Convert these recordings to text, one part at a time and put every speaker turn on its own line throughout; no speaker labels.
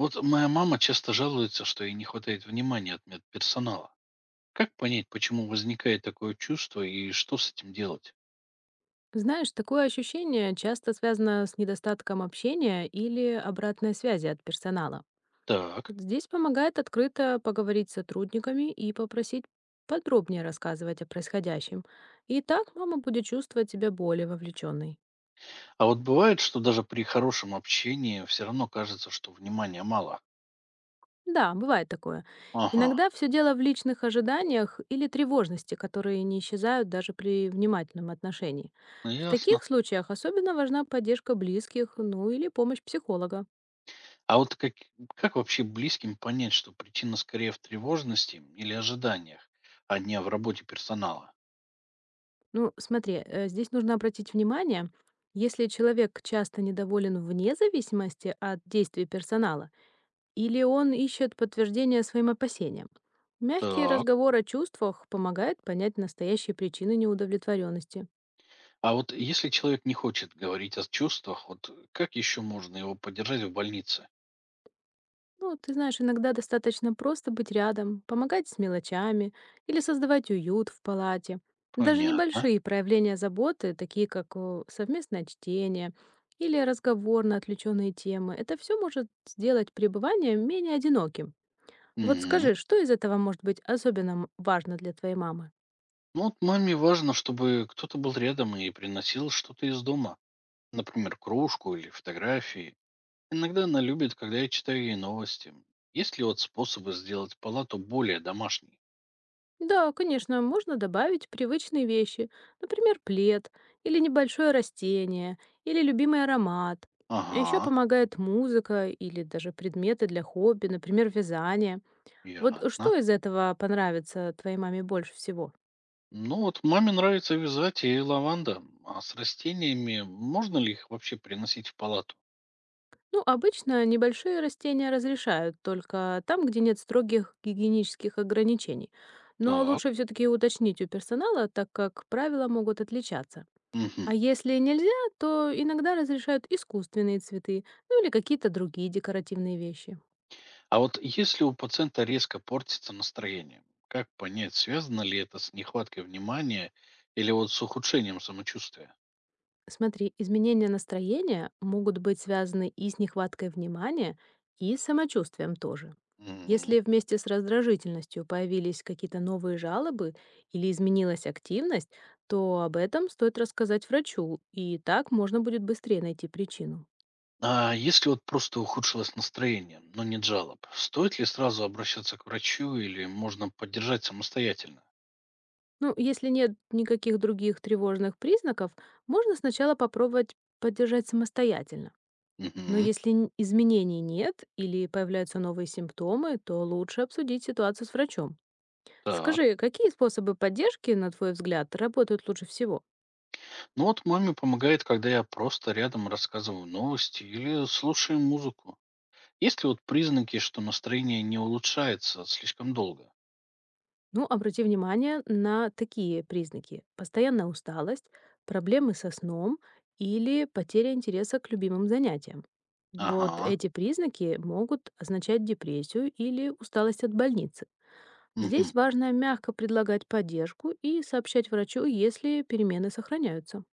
Вот моя мама часто жалуется, что ей не хватает внимания от медперсонала. Как понять, почему возникает такое чувство и что с этим делать?
Знаешь, такое ощущение часто связано с недостатком общения или обратной связи от персонала.
Так.
Вот здесь помогает открыто поговорить с сотрудниками и попросить подробнее рассказывать о происходящем. И так мама будет чувствовать себя более вовлеченной.
А вот бывает, что даже при хорошем общении все равно кажется, что внимания мало.
Да, бывает такое.
Ага,
Иногда все дело в личных ожиданиях или тревожности, которые не исчезают даже при внимательном отношении.
ну
В
ясно.
таких случаях особенно важна поддержка близких, ну или помощь психолога.
А вот как вообще близким понять, что причина скорее в тревожности или ожиданиях, а не в работе персонала?
Ну, смотри, здесь нужно обратить внимание, если человек часто недоволен вне зависимости от действий персонала, или он ищет подтверждение своим опасениям. Мягкий
Так.
разговор о чувствах помогает понять настоящие причины неудовлетворенности.
А вот если человек не хочет говорить о чувствах, вот как еще можно его поддержать в больнице?
Ну, ты знаешь, иногда достаточно просто быть рядом, помогать с мелочами или создавать уют в палате. Даже
Понятно.
небольшие проявления заботы, такие как совместное чтение или разговор на отвлеченные темы, это все может сделать пребывание менее одиноким. Вот
Мгм.
скажи, что из этого может быть особенно важно для твоей мамы?
Ну вот маме важно, чтобы кто-то был рядом и приносил что-то из дома. Например, кружку или фотографии. Иногда она любит, когда я читаю ей новости. Есть ли вот способы сделать палату более домашней?
Да, конечно, можно добавить привычные вещи, например, плед или небольшое растение, или любимый аромат. А еще
Ага,
помогает музыка или даже предметы для хобби, например, вязание. Вот
ясно.
что из этого понравится твоей маме больше всего?
Ну вот маме нравится вязать и лаванда. А с растениями можно ли их вообще приносить в палату?
Ну, обычно небольшие растения разрешают только там, где нет строгих гигиенических ограничений. Но
Так.
лучше все-таки уточнить у персонала, так как правила могут отличаться.
Мгм.
А если нельзя, то иногда разрешают искусственные цветы, ну или какие-то другие декоративные вещи.
А вот если у пациента резко портится настроение, как понять, связано ли это с нехваткой внимания или вот с ухудшением самочувствия?
Смотри, изменения настроения могут быть связаны и с нехваткой внимания, и с самочувствием тоже.
Мгм.
Если вместе с раздражительностью появились какие-то новые жалобы или изменилась активность, то об этом стоит рассказать врачу, и так можно будет быстрее найти причину.
А если вот просто ухудшилось настроение, но нет жалоб, стоит ли сразу обращаться к врачу или можно поддержать самостоятельно?
Ну, если нет никаких других тревожных признаков, можно сначала попробовать поддержать самостоятельно. Но
Мгм.
если изменений нет или появляются новые симптомы, то лучше обсудить ситуацию с врачом.
Так.
Скажи, какие способы поддержки, на твой взгляд, работают лучше всего?
Ну вот маме помогает, когда я просто рядом рассказываю новости или слушаю музыку. Есть ли вот признаки, что настроение не улучшается слишком долго?
Ну, обрати внимание на такие признаки. Постоянная усталость, проблемы со сном или потеря интереса к любимым занятиям. Вот
Ага.
эти признаки могут означать депрессию или усталость от больницы.
Мгм.
Здесь важно мягко предлагать поддержку и сообщать врачу, если перемены сохраняются.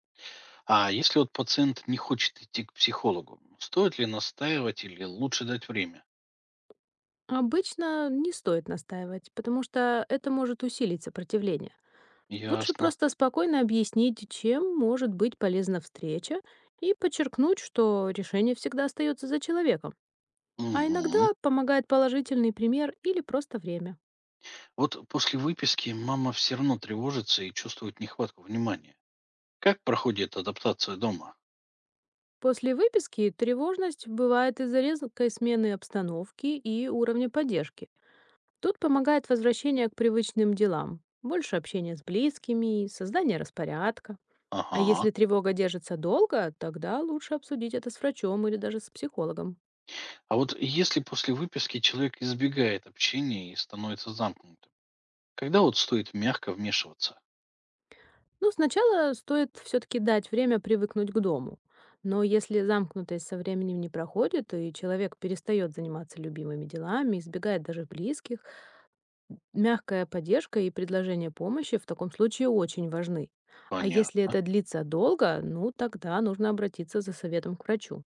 А если вот пациент не хочет идти к психологу, стоит ли настаивать или лучше дать время?
Обычно не стоит настаивать, потому что это может усилить сопротивление. Лучше
Ясно.
просто спокойно объяснить, чем может быть полезна встреча, и подчеркнуть, что решение всегда остается за человеком. А иногда
Мгм.
помогает положительный пример или просто время.
Вот после выписки мама все равно тревожится и чувствует нехватку внимания. Как проходит адаптация дома?
После выписки тревожность бывает из-за резкой смены обстановки и уровня поддержки. Тут помогает возвращение к привычным делам, больше общения с близкими, создание распорядка. А
Ага.
если тревога держится долго, тогда лучше обсудить это с врачом или даже с психологом.
А вот если после выписки человек избегает общения и становится замкнутым, когда вот стоит мягко вмешиваться?
Ну, сначала стоит все-таки дать время привыкнуть к дому. Но если замкнутость со временем не проходит, и человек перестает заниматься любимыми делами, избегает даже близких, мягкая поддержка и предложение помощи в таком случае очень важны. А
Понятно.
если это длится долго, ну, тогда нужно обратиться за советом к врачу.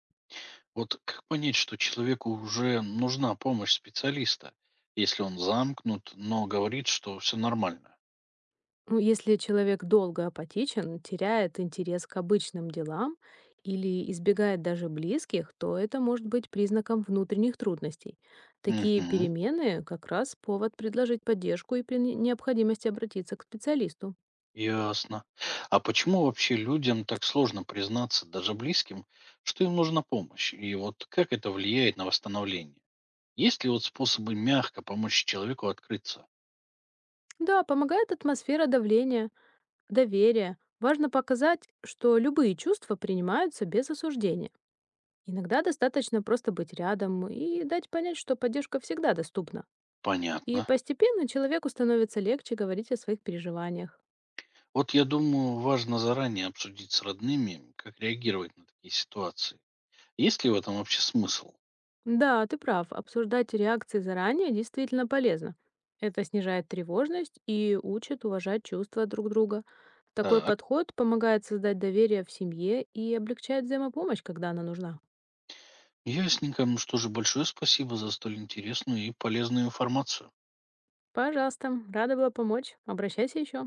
Вот как понять, что человеку уже нужна помощь специалиста, если он замкнут, но говорит, что все нормально?
Ну, если человек долго апатичен, теряет интерес к обычным делам или избегает даже близких, то это может быть признаком внутренних трудностей. Такие
Мгм.
перемены как раз повод предложить поддержку и при необходимости обратиться к специалисту.
Ясно. А почему вообще людям так сложно признаться, даже близким, что им нужна помощь? И вот как это влияет на восстановление? Есть ли вот способы мягко помочь человеку открыться?
Да, помогает атмосфера давления, доверия. Важно показать, что любые чувства принимаются без осуждения. Иногда достаточно просто быть рядом и дать понять, что поддержка всегда доступна. И
Понятно.
постепенно человеку становится легче говорить о своих переживаниях.
Вот я думаю, важно заранее обсудить с родными, как реагировать на такие ситуации. Есть ли в этом вообще смысл?
Да, ты прав, обсуждать реакции заранее действительно полезно. Это снижает тревожность и учит уважать чувства друг друга. Такой
Так,
подход помогает создать доверие в семье и облегчает взаимопомощь, когда она нужна.
ясненько. Ну что же, большое спасибо за столь интересную и полезную информацию.
Пожалуйста, рада была помочь. Обращайся еще.